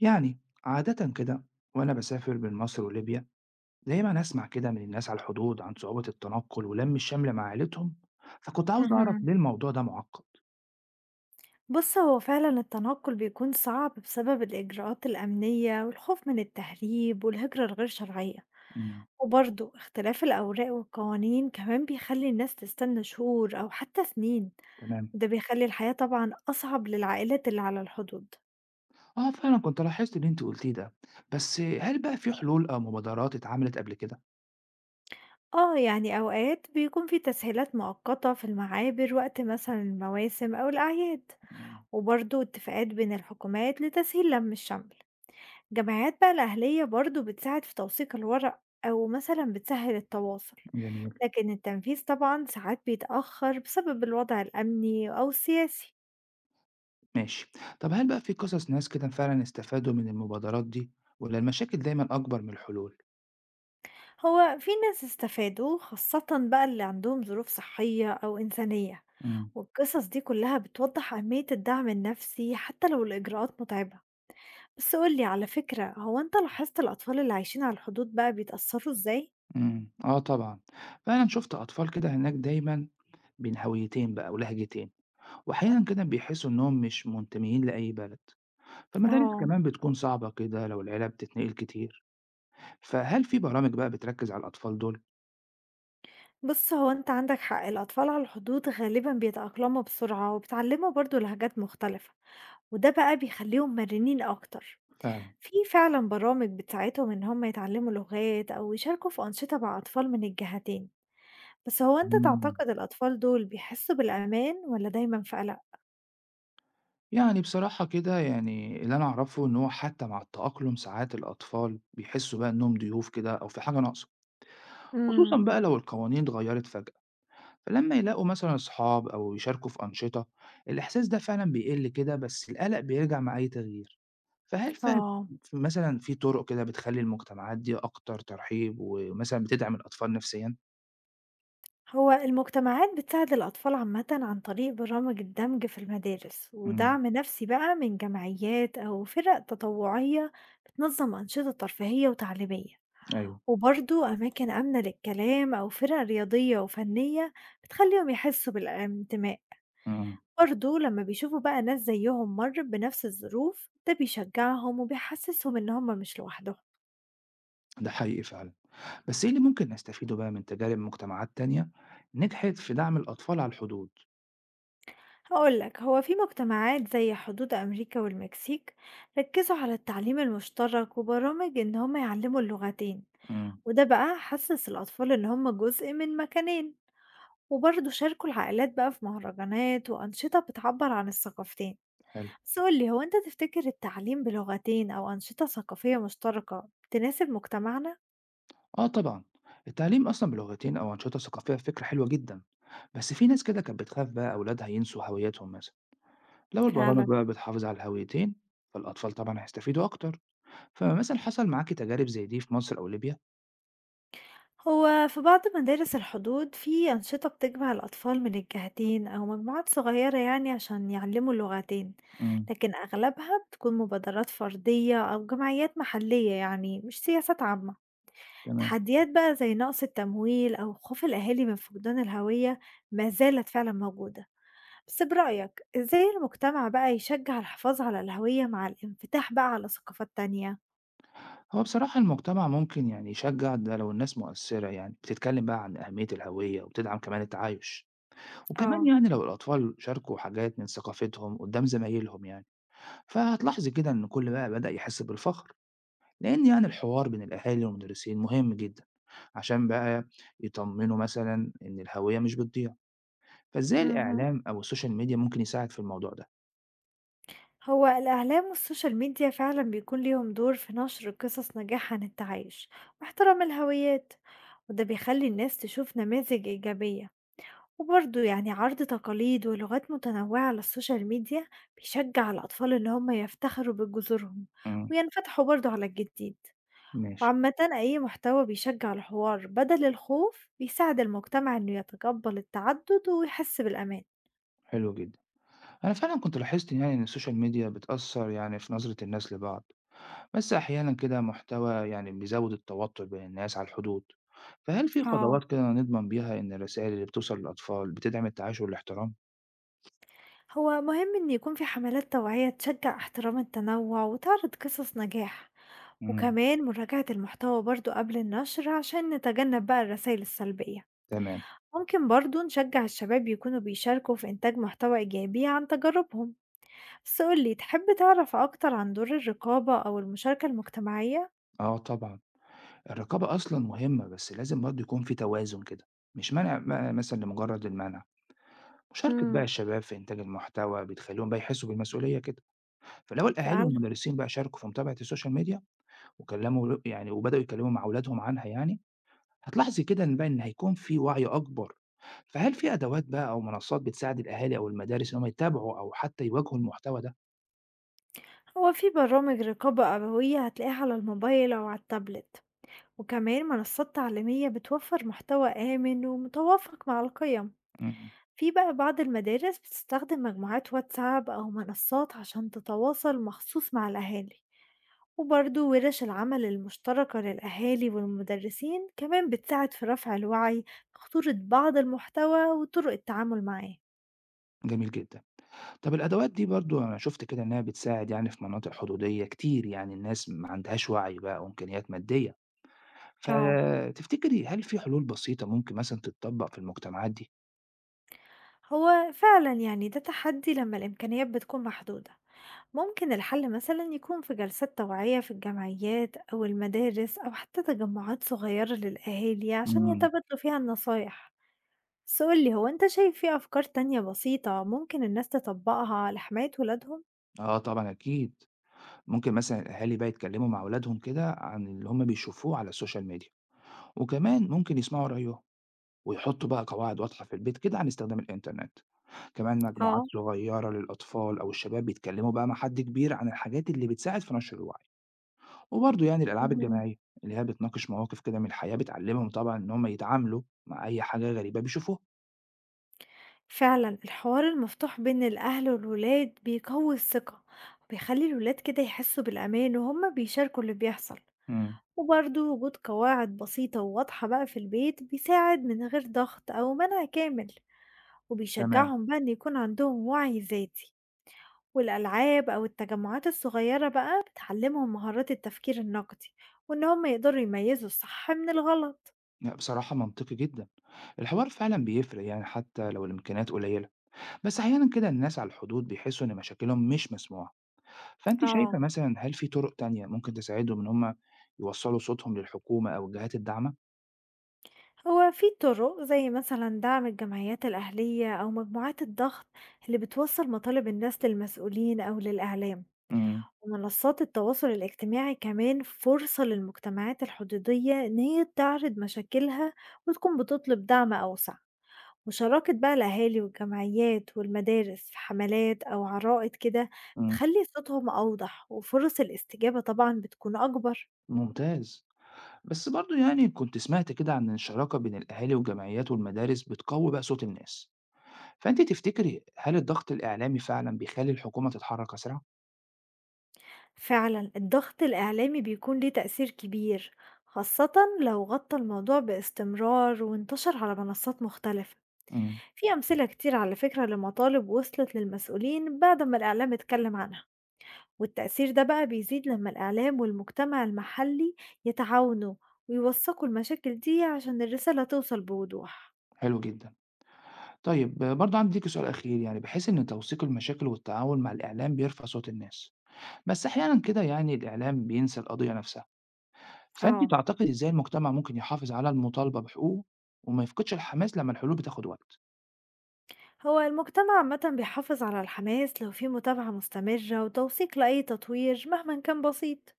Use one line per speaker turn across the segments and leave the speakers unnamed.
يعني عادة كده وأنا بسافر بين مصر وليبيا دايما أسمع كده من الناس على الحدود عن صعوبة التنقل ولم الشمل مع عائلتهم، فكنت عاوز أعرف
اهم.
ليه الموضوع ده معقد.
بُص، هو فعلًا التنقل بيكون صعب بسبب الإجراءات الأمنية والخوف من التهريب والهجرة الغير شرعية،
امم.
وبرضه اختلاف الأوراق والقوانين كمان بيخلّي الناس تستنى شهور أو حتى سنين،
تمام.
وده بيخلّي الحياة طبعًا أصعب للعائلات اللي على الحدود.
آه، فعلا كنت لاحظت اللي أنت قلتيه ده، بس هل بقى في حلول أو مبادرات اتعملت قبل كده؟
آه، يعني أوقات بيكون في تسهيلات مؤقتة في المعابر وقت مثلًا المواسم أو الأعياد،
مم.
وبرضه اتفاقات بين الحكومات لتسهيل لَم الشمل. الجمعيات بقى الأهلية برضو بتساعد في توثيق الورق أو مثلا بتسهل التواصل،
جميل.
لكن التنفيذ طبعا ساعات بيتأخر بسبب الوضع الأمني أو السياسي.
ماشي. طب هل بقى في قصص ناس كده فعلا استفادوا من المبادرات دي، ولا المشاكل دايما أكبر من الحلول؟
هو في ناس استفادوا خاصة بقى اللي عندهم ظروف صحية أو إنسانية،
امم.
والقصص دي كلها بتوضح أهمية الدعم النفسي حتى لو الإجراءات متعبة. بس قولي على فكرة، هو أنت لاحظت الأطفال اللي عايشين على الحدود بقى بيتأثروا إزاي؟
امم، آه طبعا. فعلا شفت أطفال كده هناك دايما بين هويتين بقى ولهجتين، وأحيانًا كده بيحسّوا إنّهم مش منتميين لأي بلد، فالمدارس
اه.
كمان بتكون صعبة كده لو العيلة بتتنقل كتير. فهل في برامج بقى بتركّز على الأطفال دول؟
بُص، هو أنت عندك حق، الأطفال على الحدود غالبًا بيتأقلموا بسرعة وبيتعلموا برضه لهجات مختلفة، وده بقى بيخلّيهم مرنين أكتر.
فعلًا.
في فعلًا برامج بتساعدهم إن هم يتعلموا لغات أو يشاركوا في أنشطة مع أطفال من الجهتين، بس هو أنت
إمم.
تعتقد الأطفال دول بيحسوا بالأمان والّا دايمًا في قلق؟
يعني بصراحة كده، يعني اللي أنا أعرفه إن هو حتى مع التأقلم ساعات الأطفال بيحسّوا بقى إنّهم ضيوف كده أو في حاجة ناقصة، خصوصًا
إمم.
بقى لو القوانين اتغيّرت فجأة. فلمّا يلاقوا مثلًا أصحاب أو يشاركوا في أنشطة الإحساس ده فعلًا بيقل كده، بس القلق بيرجع مع أي تغيير. فهل
آه.
مثلًا في طرق كده بتخلّي المجتمعات دي أكتر ترحيب ومثلًا بتدعم الأطفال نفسيًا؟
هو المجتمعات بتساعد الأطفال عامة عن طريق برامج الدمج في المدارس
إمم.
ودعم نفسي بقى من جمعيات أو فرق تطوعية بتنظم أنشطة ترفيهية وتعليمية،
أيوه.
وبرضو أماكن آمنة للكلام أو فرق رياضية وفنية بتخليهم يحسوا بالانتماء.
إمم.
برضو لما بيشوفوا بقى ناس زيهم مر بنفس الظروف، ده بيشجعهم وبيحسسهم إن هم مش لوحدهم.
ده حقيقي فعلًا. بس إيه اللي ممكن نستفيده بقى من تجارب مجتمعات تانية نجحت في دعم الأطفال على الحدود؟
هقول لك، هو في مجتمعات زي حدود أمريكا والمكسيك ركزوا على التعليم المشترك وبرامج إن هم يعلموا اللغتين،
إمم.
وده بقى حسس الأطفال إن هم جزء من مكانين، وبرضه شاركوا العائلات بقى في مهرجانات وأنشطة بتعبر عن الثقافتين.
حلو.
بس قولي، هو أنت تفتكر التعليم بلغتين أو أنشطة ثقافية مشتركة تناسب مجتمعنا؟
آه طبعًا، التعليم أصلًا بلغتين أو أنشطة ثقافية فكرة حلوة جدًا، بس في ناس كده كانت بتخاف بقى أولادها ينسوا هويتهم مثلًا. لو البرامج
فعلا.
بقى بتحافظ على الهويتين فالأطفال طبعًا هيستفيدوا أكتر. فمثلًا حصل معاكِ تجارب زي دي في مصر أو ليبيا؟
هو في بعض مدارس الحدود في أنشطة بتجمع الأطفال من الجهتين أو مجموعات صغيرة يعني عشان يعلموا اللغتين،
إمم.
لكن أغلبها بتكون مبادرات فردية أو جمعيات محلية يعني مش سياسات عامة.
تمام.
تحديات بقى زي نقص التمويل أو خوف الأهالي من فقدان الهوية ما زالت فعلا موجودة. بس برأيك، إزاي المجتمع بقى يشجع الحفاظ على الهوية مع الانفتاح بقى على ثقافات تانية؟
هو بصراحة المجتمع ممكن يعني يشجع ده لو الناس مؤثرة، يعني بتتكلم بقى عن أهمية الهوية وبتدعم كمان التعايش. وكمان
اه.
يعني لو الأطفال شاركوا حاجات من ثقافتهم قدام زمايلهم يعني فهتلاحظي كده إن كل بقى بدأ يحس بالفخر، لأن يعني الحوار بين الأهالي والمدرسين مهم جدا عشان بقى يطمنوا مثلا إن الهوية مش بتضيع. فإزاي
مهم.
الإعلام أو السوشيال ميديا ممكن يساعد في الموضوع ده؟
هو الإعلام والسوشيال ميديا فعلا بيكون ليهم دور في نشر قصص نجاح عن التعايش واحترام الهويات، وده بيخلي الناس تشوف نماذج إيجابية. وبرضه يعني عرض تقاليد ولغات متنوعة على السوشيال ميديا بيشجع الأطفال إن هم يفتخروا بجذورهم
امم.
وينفتحوا برضه على الجديد.
ماشي.
وعامة أي محتوى بيشجع الحوار بدل الخوف بيساعد المجتمع إنه يتقبل التعدد ويحس بالأمان.
حلو جدا. أنا فعلا كنت لاحظت يعني إن السوشيال ميديا بتأثر يعني في نظرة الناس لبعض، بس أحيانا كده محتوى يعني بيزود التوتر بين الناس على الحدود. فهل في
اه.
خطوات كده نضمن بيها إن الرسائل اللي بتوصل للأطفال بتدعم التعايش والاحترام؟
هو مهم إن يكون في حملات توعية تشجع احترام التنوع وتعرض قصص نجاح،
امم.
وكمان مراجعة المحتوى برضو قبل النشر عشان نتجنب بقى الرسائل السلبية.
تمام.
ممكن برضو نشجع الشباب يكونوا بيشاركوا في إنتاج محتوى إيجابي عن تجاربهم. بس قولي، تحب تعرف أكتر عن دور الرقابة أو المشاركة المجتمعية؟
آه طبعا، الرقابة أصلا مهمة بس لازم برضه يكون في توازن كده، مش منع مثلا لمجرد المنع. مشاركة بقى
مم.
الشباب في إنتاج المحتوى بتخليهم بقى يحسوا بالمسؤولية كده. فلو الأهالي
فعلا.
والمدرسين بقى شاركوا في متابعة السوشيال ميديا وكلموا يعني وبدأوا يكلموا مع أولادهم عنها، يعني هتلاحظي كده بقى إن هيكون في وعي أكبر. فهل في أدوات بقى أو منصات بتساعد الأهالي أو المدارس إن هم يتابعوا أو حتى يواجهوا المحتوى ده؟
هو في برامج رقابة أبوية هتلاقيها على الموبايل أو على التابلت، وكمان منصات تعليمية بتوفر محتوى آمن ومتوافق مع القيم.
مم.
في بقى بعض المدارس بتستخدم مجموعات واتساب أو منصات عشان تتواصل مخصوص مع الأهالي، وبرضه ورش العمل المشتركة للأهالي والمدرسين كمان بتساعد في رفع الوعي بخطورة بعض المحتوى وطرق التعامل معاه.
جميل جدا. طب الأدوات دي برضو أنا شفت كده إنها بتساعد، يعني في مناطق حدودية كتير يعني الناس ما عندهاش وعي بقى أو إمكانيات مادية.
اه.
فتفتكري هل في حلول بسيطة ممكن مثلا تتطبق في المجتمعات دي؟
هو فعلا يعني ده تحدي لما الإمكانيات بتكون محدودة. ممكن الحل مثلا يكون في جلسات توعية في الجمعيات أو المدارس أو حتى تجمعات صغيرة للأهالي عشان
مم.
يتبادلوا فيها النصايح. بس قُل لي، هو أنت شايف في أفكار تانية بسيطة ممكن الناس تطبّقها لحماية ولادهم؟
اه طبعا اكيد. ممكن مثلا الاهالي بقى يتكلموا مع اولادهم كده عن اللي هم بيشوفوه على السوشيال ميديا، وكمان ممكن يسمعوا رايهم ويحطّوا بقى قواعد واضحة في البيت كده عن استخدام الإنترنت. كمان مجموعات
آه.
صغيّرة للأطفال أو الشباب بيتكلّموا بقى مع حد كبير عن الحاجات اللي بتساعد في نشر الوعي، وبرضه يعني الألعاب
اهم.
الجماعية اللي هي بتناقش مواقف كده من الحياة بتعلّمهم طبعًا إن هم يتعاملوا مع أي حاجة غريبة بيشوفوها.
فعلًا الحوار المفتوح بين الأهل والولاد بيقوّي الثقة، وبيخلّي الولاد كده يحسّوا بالأمان وهُم بيشاركوا اللي بيحصل،
إمم.
وبرضه وجود قواعد بسيطة وواضحة بقى في البيت بيساعد من غير ضغط أو منع كامل،
تمام.
وبيشجّعهم بقى إن يكون عندهم وعي ذاتي. والألعاب أو التجمعات الصغيرة بقى بتعلمهم مهارات التفكير النقدي وإن هم يقدروا يميزوا الصح من الغلط.
لأ بصراحة منطقي جدًا، الحوار فعلًا بيفرق يعني حتى لو الإمكانيات قليّلة، بس أحيانًا كده الناس على الحدود بيحسّوا إن مشاكلهم مش مسموعة. فأنتِ
اه.
شايفة مثلًا هل في طرق تانية ممكن تساعدهم إن هم يوصّلوا صوتهم للحكومة أو الجهات الداعمة؟
هو في طرق زي مثلا دعم الجمعيات الأهلية أو مجموعات الضغط اللي بتوصل مطالب الناس للمسؤولين أو للإعلام،
إمم.
ومنصات التواصل الاجتماعي كمان فرصة للمجتمعات الحدودية إن هي تعرض مشاكلها وتكون بتطلب دعم أوسع. مشاركة بقى الأهالي والجمعيات والمدارس في حملات أو عرائض كده
إمم.
بتخلي صوتهم أوضح وفرص الاستجابة طبعا بتكون أكبر.
ممتاز. بس برضه يعني كنت سمعت كده عن الشراكة بين الأهالي والجمعيات والمدارس بتقوّي بقى صوت الناس، فأنتِ تفتكري هل الضغط الإعلامي فعلًا بيخلّي الحكومة تتحرك أسرع؟
فعلا الضغط الإعلامي بيكون ليه تأثير كبير، خاصة لو غطى الموضوع باستمرار وانتشر على منصات مختلفة.
إمم.
في أمثلة كتير على فكرة لمطالب وصلت للمسؤولين بعد ما الإعلام اتكلم عنها، والتأثير ده بقى بيزيد لما الإعلام والمجتمع المحلي يتعاونوا ويوثقوا المشاكل دي عشان الرسالة توصل بوضوح.
حلو جدًا. طيب برضه عندي ليكِ سؤال أخير، يعني بحيث إن توثيق المشاكل والتعاون مع الإعلام بيرفع صوت الناس، بس أحيانًا كده يعني الإعلام بينسى القضية نفسها. فأنتِ
اه.
تعتقدي إزاي المجتمع ممكن يحافظ على المطالبة بحقوقه وما يفقدش الحماس لمّا الحلول بتاخد وقت؟
هو المجتمع عامة بيحافظ على الحماس لو في متابعة مستمرة وتوثيق لأي تطوير مهما كان بسيط.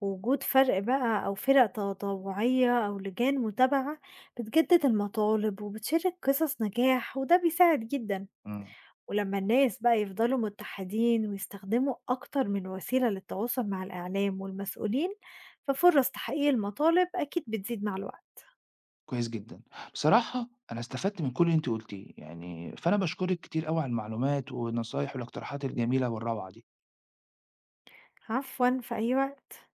وجود فرق بقى أو فرق تطوعية أو لجان متابعة بتجدد المطالب وبتشارك قصص نجاح، وده بيساعد جدا.
إمم.
ولمّا الناس بقى يفضلوا متحدين ويستخدموا أكتر من وسيلة للتواصل مع الإعلام والمسؤولين، ففرص تحقيق المطالب أكيد بتزيد مع الوقت.
كويس جدًا. بصراحة أنا استفدت من كل اللي أنتِ قُلتيه، يعني فأنا باشكرِك كتير أوي على المعلومات والنصايح والاقتراحات الجميلة والروعة دي.
عفوًا، في أي وقت.